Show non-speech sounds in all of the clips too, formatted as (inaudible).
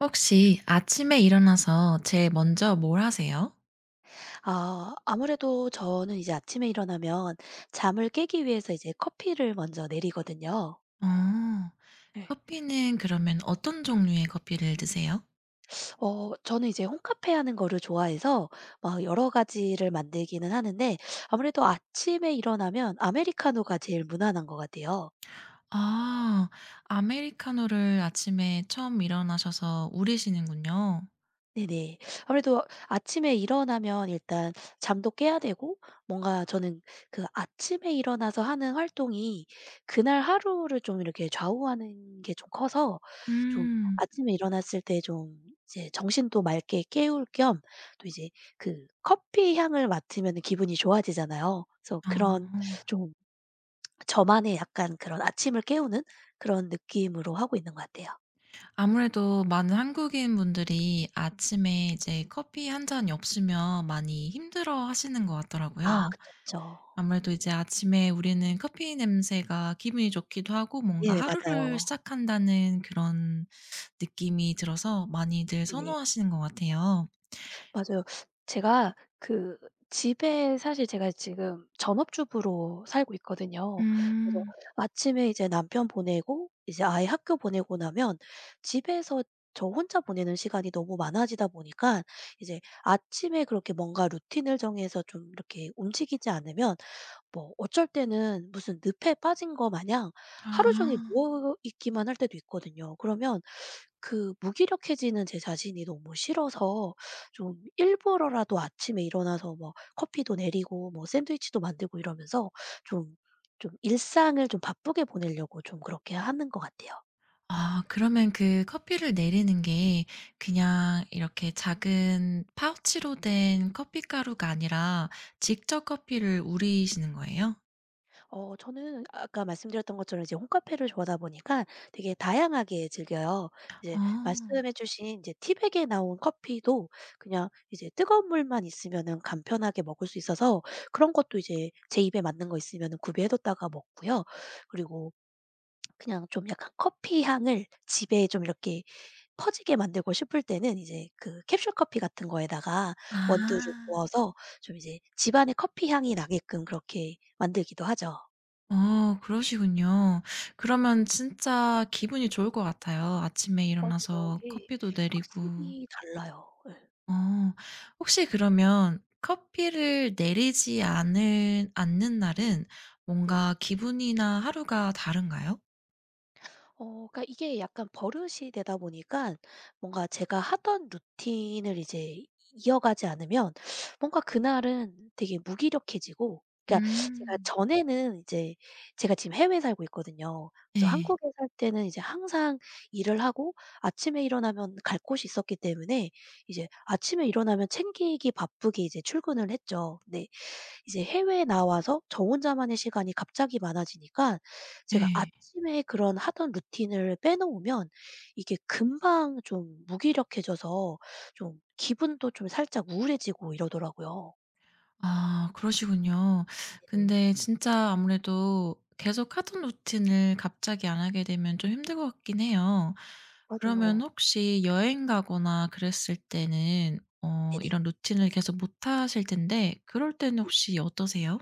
혹시 아침에 일어나서 제일 먼저 뭘 하세요? 아 아무래도 저는 이제 아침에 일어나면 잠을 깨기 위해서 이제 커피를 먼저 내리거든요. 어. 네. 커피는 그러면 어떤 종류의 커피를 드세요? 저는 이제 홈카페 하는 거를 좋아해서 막 여러 가지를 만들기는 하는데 아무래도 아침에 일어나면 아메리카노가 제일 무난한 것 같아요. 아. 아메리카노를 아침에 처음 일어나셔서 우리시는군요. 네네. 아무래도 아침에 일어나면 일단 잠도 깨야 되고, 뭔가 저는 그 아침에 일어나서 하는 활동이 그날 하루를 좀 이렇게 좌우하는 게 좀 커서, 좀 음. 아침에 일어났을 때 좀 이제 정신도 맑게 깨울 겸, 또 이제 그 커피 향을 맡으면 기분이 좋아지잖아요. 그래서 그런 어. 좀 저만의 약간 그런 아침을 깨우는 그런 느낌으로 하고 있는 것 같아요. 아무래도 많은 한국인 분들이 아침에 이제 커피 한 잔이 없으면 많이 힘들어하시는 것 아 같더라고요. 그쵸, 그쵸. 아무래도 이제 아침에 우리는 커피 냄새가 기분이 좋기도 하고 뭔가 네네 하루를 맞아요. 시작한다는 그런 느낌이 들어서 많이들 네 선호하시는 것 같아요. 맞아요. 제가 그 집에 사실 제가 지금 전업주부로 살고 있거든요. 그래서 음. 아침에 이제 남편 보내고 이제 아이 학교 보내고 나면 집에서 저 혼자 보내는 시간이 너무 많아지다 보니까, 이제 아침에 그렇게 뭔가 루틴을 정해서 좀 이렇게 움직이지 않으면 뭐 어쩔 때는 무슨 늪에 빠진 거 마냥 하루 종일 아. 누워 있기만 할 때도 있거든요. 그러면 그 무기력해지는 제 자신이 너무 싫어서 좀 일부러라도 아침에 일어나서 뭐 커피도 내리고 뭐 샌드위치도 만들고 이러면서 좀 일상을 좀 바쁘게 보내려고 좀 그렇게 하는 것 같아요. 아 그러면 그 커피를 내리는 게 그냥 이렇게 작은 파우치로 된 커피 가루가 아니라 직접 커피를 우리시는 거예요? 저는 아까 말씀드렸던 것처럼 이제 홈카페를 좋아하다 보니까 되게 다양하게 즐겨요. 이제 어. 말씀해 주신 이제 티백에 나온 커피도 그냥 이제 뜨거운 물만 있으면은 간편하게 먹을 수 있어서 그런 것도 이제 제 입에 맞는 거 있으면은 구비해 뒀다가 먹고요. 그리고 그냥 좀 약간 커피 향을 집에 좀 이렇게 퍼지게 만들고 싶을 때는 이제 그 캡슐 커피 같은 거에다가 원두를 아. 부어서 좀 이제 집안에 커피 향이 나게끔 그렇게 만들기도 하죠. 어 그러시군요. 그러면 진짜 기분이 좋을 것 같아요. 아침에 맞아요. 일어나서 이게 커피도 내리고. 확실히 달라요. 예. 어 혹시 그러면 커피를 내리지 않을 않는 날은 네네. 뭔가 기분이나 하루가 다른가요? 그러니까 이게 약간 버릇이 되다 보니까 뭔가 제가 하던 루틴을 이제 이어가지 않으면 뭔가 그날은 되게 무기력해지고, 그러니까 제가 음. 전에는 이제 제가 지금 해외에 살고 있거든요. 그래서 네. 한국에 살 때는 이제 항상 일을 하고 아침에 일어나면 갈 곳이 있었기 때문에 이제 아침에 일어나면 챙기기 바쁘게 이제 출근을 했죠. 네. 이제 해외에 나와서 저 혼자만의 시간이 갑자기 많아지니까 제가 네. 아침에 그런 하던 루틴을 빼놓으면 이게 금방 좀 무기력해져서 좀 기분도 좀 살짝 우울해지고 이러더라고요. 아 그러시군요. 네 근데 진짜 아무래도 계속 하던 루틴을 갑자기 안 하게 되면 좀 힘들 것 같긴 해요. 그러면 맞아요. 혹시 여행 가거나 그랬을 때는 네네. 이런 루틴을 계속 못 하실 텐데 그럴 때는 혹시 어떠세요?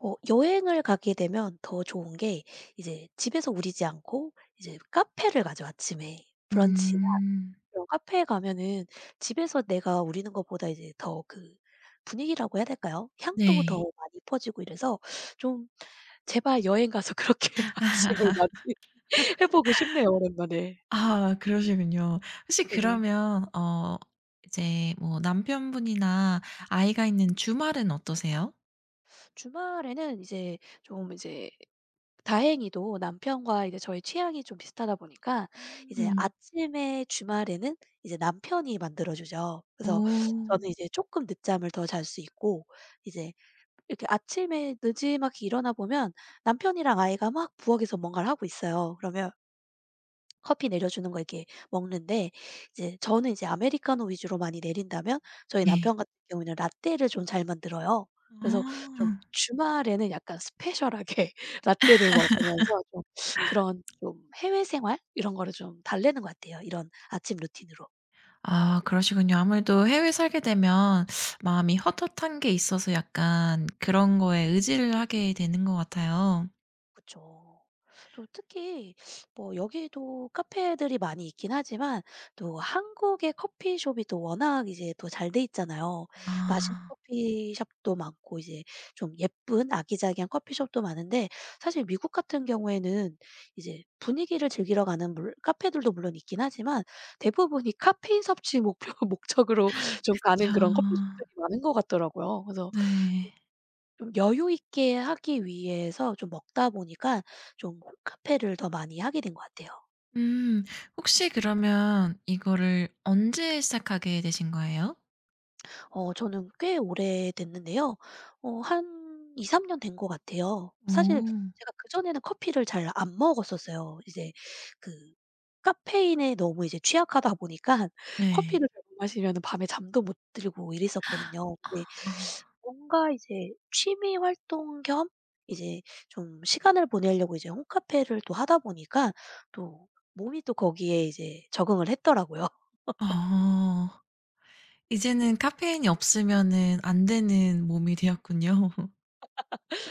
여행을 가게 되면 더 좋은 게 이제 집에서 우리지 않고 이제 카페를 가죠 아침에. 브런치 음. 그 카페에 가면은 집에서 내가 우리는 것보다 이제 더 그 분위기라고 해야 될까요? 향도 더 네. 많이 퍼지고 이래서 좀 제발 여행 가서 (laughs) 그렇게 아침을 맞이해 보고 싶네요 오랜만에. 아 그러시군요. 혹시 네네. 그러면 어 이제 뭐 남편분이나 아이가 있는 주말은 어떠세요? 주말에는 이제 좀 이제 다행히도 남편과 이제 저희 취향이 좀 비슷하다 보니까 이제 음. 아침에 주말에는 이제 남편이 만들어 주죠. 그래서 오. 저는 이제 쪼끔 늦잠을 더 잘 수 있고 이제 이렇게 아침에 느지막히 일어나 보면 남편이랑 아이가 막 부엌에서 뭔가를 하고 있어요. 그러면 커피 내려주는 거 이렇게 먹는데 이제 저는 이제 아메리카노 위주로 많이 내린다면 저희 네. 남편 같은 경우에는 라떼를 좀 잘 만들어요. 그래서 좀 아. 주말에는 약간 스페셜하게 (laughs) 라떼를 먹으면서 좀 그런 좀 해외 생활 이런 거를 좀 달래는 것 같아요, 이런 아침 루틴으로. 아 그러시군요. 아무래도 해외 살게 되면 마음이 헛헛한 게 있어서 약간 그런 거에 의지를 하게 되는 것 같아요. 그쵸. 또 특히 뭐 여기도 카페들이 많이 있긴 하지만 또 한국의 커피숍이 또 워낙 이제 또 잘 돼 있잖아요. 맛있는 아. 커피숍도 많고 이제 좀 예쁜 아기자기한 커피숍도 많은데, 사실 미국 같은 경우에는 이제 분위기를 즐기러 가는 물 카페들도 물론 있긴 하지만 대부분이 카페인 섭취 목표 (laughs) 목적으로 좀 가는 그쵸. 그런 커피숍들이 많은 것 같더라고요. 그래서 네. 좀 여유 있게 하기 위해서 좀 먹다 보니까 좀 홈카페를 더 많이 하게 된 것 같아요. 음. 혹시 그러면 이거를 언제 시작하게 되신 거예요? 저는 꽤 오래됐는데요. 한 2-3년 된 것 같아요. 사실 오. 제가 그전에는 커피를 잘 안 먹었었어요. 이제 그 카페인에 너무 이제 취약하다 보니까 (laughs) 네. 커피를 잘못 마시면은 밤에 잠도 못 들고 이랬었거든요. 근데 아. 뭔가 이제 취미 활동 겸 이제 좀 시간을 보내려고 이제 홈카페를 또 하다 보니까 또 몸이 또 거기에 이제 적응을 했더라고요. 어. 이제는 카페인이 없으면은 안 되는 몸이 되었군요.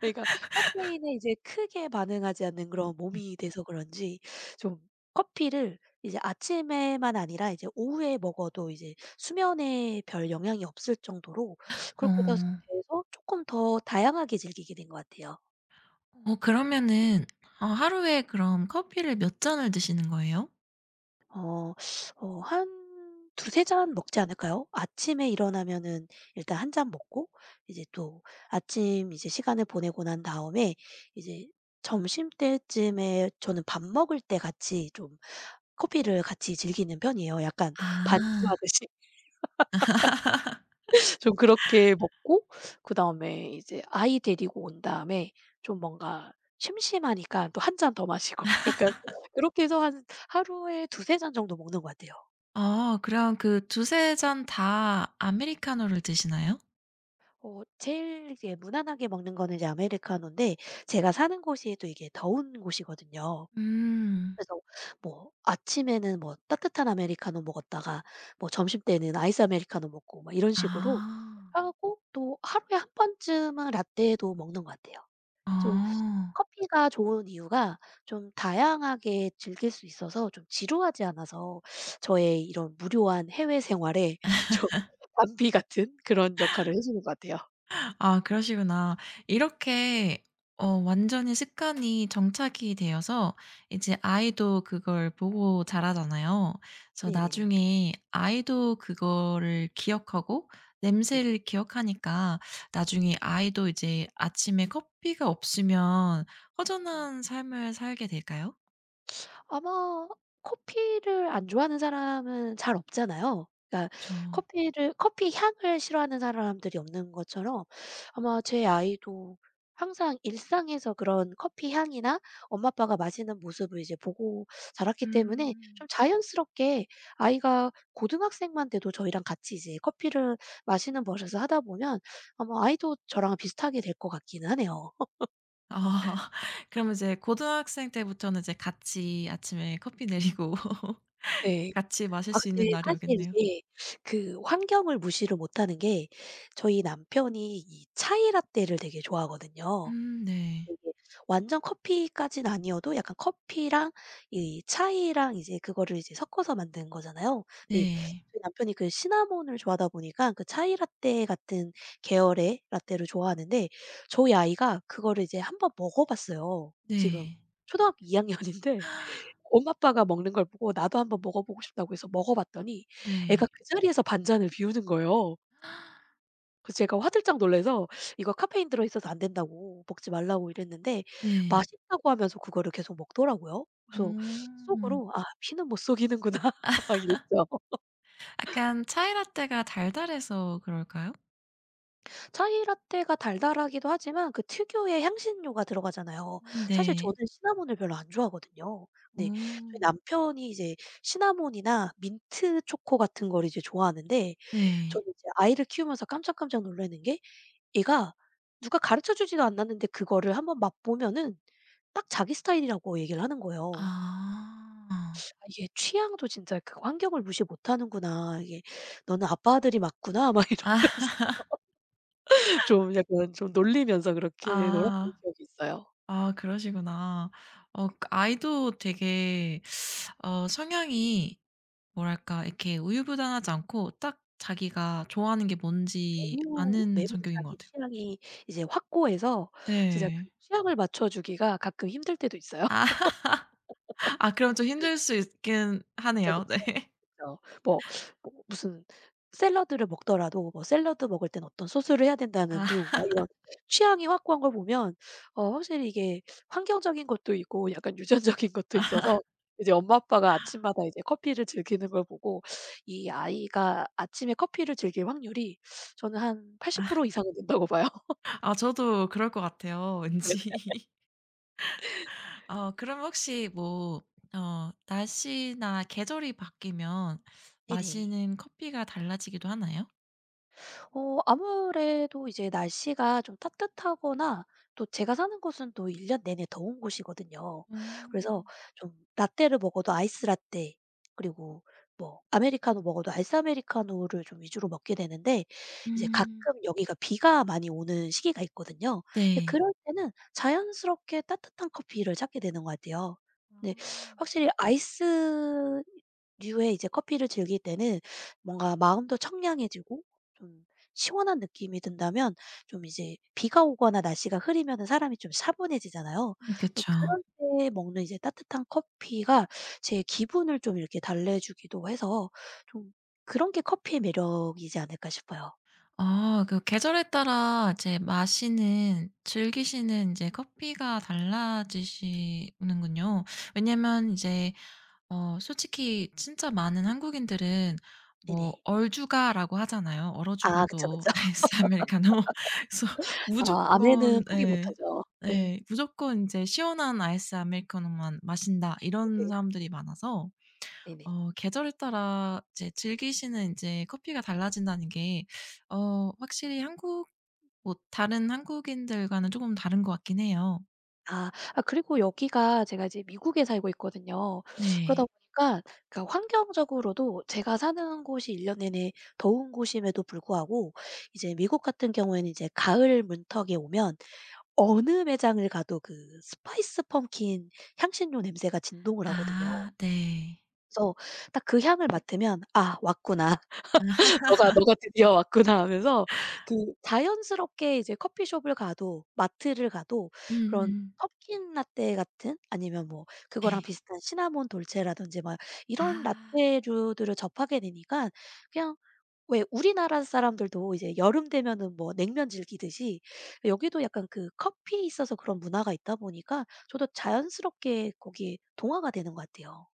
그러니까 카페인에 이제 크게 반응하지 않는 그런 몸이 (laughs) 돼서 그런지 좀 커피를 이제 아침에만 아니라 이제 오후에 먹어도 이제 수면에 별 영향이 없을 정도로 어. 그렇게 돼서 쪼끔 더 다양하게 즐기게 된 것 같아요. 어 그러면은 어 하루에 그럼 커피를 몇 잔을 드시는 거예요? 어 한 두세 잔 먹지 않을까요? 아침에 일어나면은 일단 한 잔 먹고 이제 또 아침 이제 시간을 보내고 난 다음에 이제 점심때쯤에 저는 밥 먹을 때 같이 좀 커피를 같이 즐기는 편이에요. 약간 아. 반주하듯이 (laughs) 좀 그렇게 먹고, 그다음에 이제 아이 데리고 온 다음에 좀 뭔가 심심하니까 또 한 잔 더 마시고 (laughs) 약간 그렇게 해서 한 하루에 두세 잔 정도 먹는 것 같아요. 어 그럼 그 두 세 잔 다 아메리카노를 드시나요? 제일 이제 무난하게 먹는 거는 이제 아메리카노인데 제가 사는 곳이 또 이게 더운 곳이거든요. 음. 그래서 뭐 아침에는 뭐 따뜻한 아메리카노 먹었다가 뭐 점심때는 아이스 아메리카노 먹고 막 이런 식으로 아. 하고, 또 하루에 한 번쯤은 라떼도 먹는 것 같아요. 어. 좀 커피가 좋은 이유가 좀 다양하게 즐길 수 있어서 좀 지루하지 않아서 저의 이런 무료한 해외 생활에 (laughs) 좀 담비 같은 그런 역할을 해 주는 것 같아요. 아 그러시구나. 이렇게 완전히 습관이 정착이 되어서 이제 아이도 그걸 보고 자라잖아요. 그래서 네네네. 나중에 아이도 그거를 기억하고 네네. 냄새를 기억하니까 나중에 아이도 이제 아침에 커피가 없으면 허전한 삶을 살게 될까요? 아마 커피를 안 좋아하는 사람은 잘 없잖아요. 그러니까 그 커피 향을 싫어하는 사람들이 없는 것처럼 아마 제 아이도 항상 일상에서 그런 커피 향이나 엄마 아빠가 마시는 모습을 이제 보고 자랐기 때문에 음. 좀 자연스럽게 아이가 고등학생만 돼도 저희랑 같이 이제 커피를 마시는 버릇을 하다 보면 아마 아이도 저랑 비슷하게 될 것 같기는 하네요. (laughs) 아. (laughs) 그럼 이제 고등학생 때부터는 이제 같이 아침에 커피 내리고 (laughs) 네. 같이 마실 아 수 있는 근데 날이 사실 오겠네요. 이게 그 환경을 무시를 못하는 게, 저희 남편이 이 차이 라떼를 되게 좋아하거든요. 네. 이게 완전 커피까진 아니어도 약간 커피랑 이 차이랑 이제 그거를 이제 섞어서 만든 거잖아요. 네. 네. 저희 남편이 그 시나몬을 좋아하다 보니까 그 차이 라떼 같은 계열의 라떼를 좋아하는데 저희 아이가 그거를 이제 한번 먹어 봤어요. 지금 네. 초등학교 2 학년인데 엄마 아빠가 먹는 걸 보고 나도 한번 먹어보고 싶다고 해서 먹어봤더니 네. 애가 그 자리에서 반잔을 비우는 거예요. 그래서 제가 화들짝 놀라서 "이거 카페인 들어있어서 안 된다고 먹지 말라고." 이랬는데 네. 맛있다고 하면서 그거를 계속 먹더라고요. 그래서 음. 속으로 '아 피는 못 속이는구나.' (laughs) 막 이랬죠. 약간 차이 라떼가 달달해서 그럴까요? 차이 라테가 달달하기도 하지만 그 특유의 향신료가 들어가잖아요. 사실 네. 저는 시나몬을 별로 안 좋아하거든요. 근데 저희 어. 남편이 이제 시나몬이나 민트 초코 같은 걸 이제 좋아하는데, 네. 저는 이제 아이를 키우면서 깜짝깜짝 놀라는 게, 얘가 누가 가르쳐 주지도 않았는데 그거를 한번 맛보면은 딱 자기 스타일이라고 얘기를 하는 거예요. 아. 아 이게 취향도 진짜 그 환경을 무시 못하는구나. 이게 '너는 아빠 아들이 맞구나.' (laughs) 막 아. 이러면서 (laughs) 좀 약간 좀 놀리면서 그렇게 놀았던 아. 기억이 있어요. 아 그러시구나. 어 그 아이도 되게 어 성향이 뭐랄까 이렇게 우유부단하지 않고 딱 자기가 좋아하는 게 뭔지 매우, 아는 매우 성격인 것 자기 같아요. 취향이 이제 확고해서 진짜 그 예. 취향을 맞춰 주기가 가끔 힘들 때도 있어요. 아. (laughs) 아 그럼 좀 힘들 수 있긴 그쵸, 하네요. (laughs) 그쵸. 네. 그쵸. 뭐 뭐 무슨 샐러드를 먹더라도 뭐 샐러드 먹을 땐 어떤 소스를 해야 된다는 아. 둥 막 이런 취향이 확고한 걸 보면 확실히 이게 환경적인 것도 있고 약간 유전적인 (laughs) 것도 있어서 이제 엄마 아빠가 아침마다 이제 커피를 즐기는 걸 보고 이 아이가 아침에 커피를 즐길 확률이 저는 한 80% 이상은 된다고 봐요. 아 저도 그럴 것 같아요 네네. 왠지. (laughs) 어 그럼 혹시 뭐 어 날씨나 계절이 바뀌면 네네. 마시는 커피가 달라지기도 하나요? 아무래도 이제 날씨가 좀 따뜻하거나 또 제가 사는 곳은 또 1년 내내 더운 곳이거든요. 그래서 음. 좀 라떼를 먹어도 아이스 라떼, 그리고 뭐 아메리카노 먹어도 아이스 아메리카노를 좀 위주로 먹게 되는데 이제 음 가끔 여기가 비가 많이 오는 시기가 있거든요. 근데 네. 그럴 때는 자연스럽게 따뜻한 커피를 찾게 되는 것 같아요. 아. 근데 확실히 아이스류의 이제 커피를 즐길 때는 뭔가 마음도 청량해지고 좀 시원한 느낌이 든다면, 좀 이제 비가 오거나 날씨가 흐리면은 사람이 좀 차분해지잖아요. 그쵸. 그런 때 먹는 이제 따뜻한 커피가 제 기분을 좀 이렇게 달래주기도 해서 좀 그런 게 커피의 매력이지 않을까 싶어요. 아 그 계절에 따라 이제 마시는 즐기시는 인제 커피가 달라지시는군요. 왜냐면 이제 어 솔직히 진짜 많은 한국인들은 뭐 네네. 얼죽아라고 하잖아요. 얼어 아 그쵸, 죽어도 그쵸. (laughs) 아이스 아메리카노. 그래서 아 아메는 무조건 포기 예. 못하죠. 예. 예. 무조건 이제 "시원한 아이스 아메리카노만 마신다." 이런 네네. 사람들이 많아서 네네. 어 계절에 따라 이제 즐기시는 이제 커피가 달라진다는 게 어 확실히 한국 뭐 다른 한국인들과는 조금 다른 것 같긴 해요. 아. 아 그리고 여기가 제가 이제 미국에 살고 있거든요. 그러다 네. 보니까 그러니까 환경적으로도 제가 사는 곳이 1년 내내 더운 곳임에도 불구하고 이제 미국 같은 경우에는 이제 가을 문턱에 오면 어느 매장을 가도 그 스파이스 펌킨 향신료 냄새가 진동을 하거든요. 아 네. 그래서 딱 그 향을 맡으면 '아 왔구나.' 너가 드디어 왔구나 하면서 그 자연스럽게 이제 커피숍을 가도 마트를 가도 그런 음음. 펌킨 라떼 같은, 아니면 뭐 그거랑 네. 비슷한 시나몬 돌체라든지 막 이런 아. 라떼류들을 접하게 되니까, 그냥 왜 우리나라 사람들도 이제 여름 되면은 뭐 냉면 즐기듯이 여기도 약간 그 커피에 있어서 그런 문화가 있다 보니까 저도 자연스럽게 거기에 동화가 되는 것 같아요.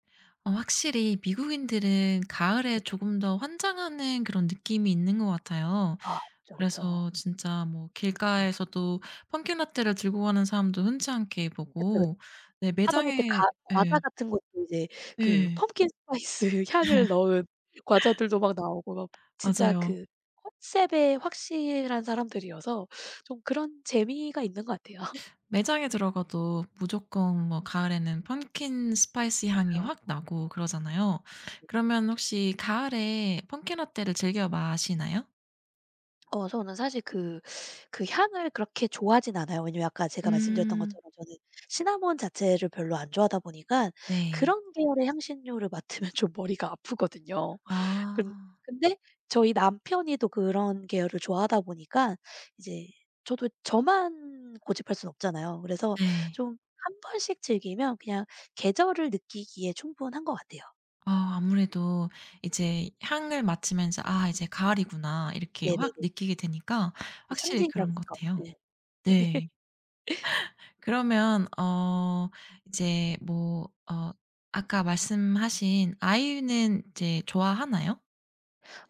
어 확실히 미국인들은 가을에 조금 더 환장하는 그런 느낌이 있는 것 같아요. 아 그쵸, 그쵸. 그래서 진짜 뭐 네. 길가에서도 펌킨 라떼를 들고 가는 사람도 흔치 않게 그쵸, 보고 네 하다못해 매장에 가 과자 예. 같은 것도 이제 그 예. 펌킨 스파이스 (laughs) 향을 넣은 과자들도 막 나오고 막 진짜 맞아요. 그 컨셉에 확실한 사람들이어서 좀 그런 재미가 있는 것 같아요. 매장에 (laughs) 들어가도 무조건 뭐 가을에는 펌킨 스파이시 향이 맞아요. 확 나고 그러잖아요. 네. 그러면 혹시 가을에 펌킨 라떼를 즐겨 마시나요? 저는 사실 그 향을 그렇게 좋아하진 않아요. 왜냐면 아까 제가 말씀드렸던 음. 것처럼 저는 시나몬 자체를 별로 안 좋아하다 보니까 네. 그런 계열의 향신료를 맡으면 (laughs) 좀 머리가 아프거든요. 근 아. 근데 저희 남편이 또 그런 계열을 좋아하다 보니까 이제 저도 저만 고집할 수는 없잖아요. 그래서 네. 좀 한 번씩 즐기면 그냥 계절을 느끼기에 충분한 것 같아요. 아 아무래도 이제 향을 맡으면서 '아 이제 가을이구나.' 이렇게 확 네네네. 느끼게 되니까 그 확실히 상징적인 그런 것 거. 같아요. 네, 네네. (laughs) 네. 그러면 어 이제 뭐 어 아까 말씀하신 아이유는 이제 좋아하나요?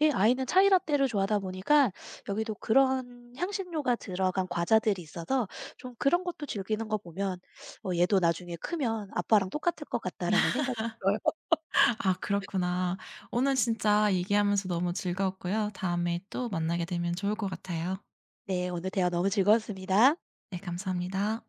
예 아이는 차이 라떼를 좋아하다 보니까 여기도 그런 향신료가 들어간 과자들이 있어서 좀 그런 것도 즐기는 거 보면 '어 얘도 나중에 크면 아빠랑 똑같을 것 같다.'라는 생각이 들어요. (laughs) 아 그렇구나. 오늘 진짜 얘기하면서 너무 즐거웠고요. 다음에 또 만나게 되면 좋을 것 같아요. 네. 오늘 대화 너무 즐거웠습니다. 네 감사합니다.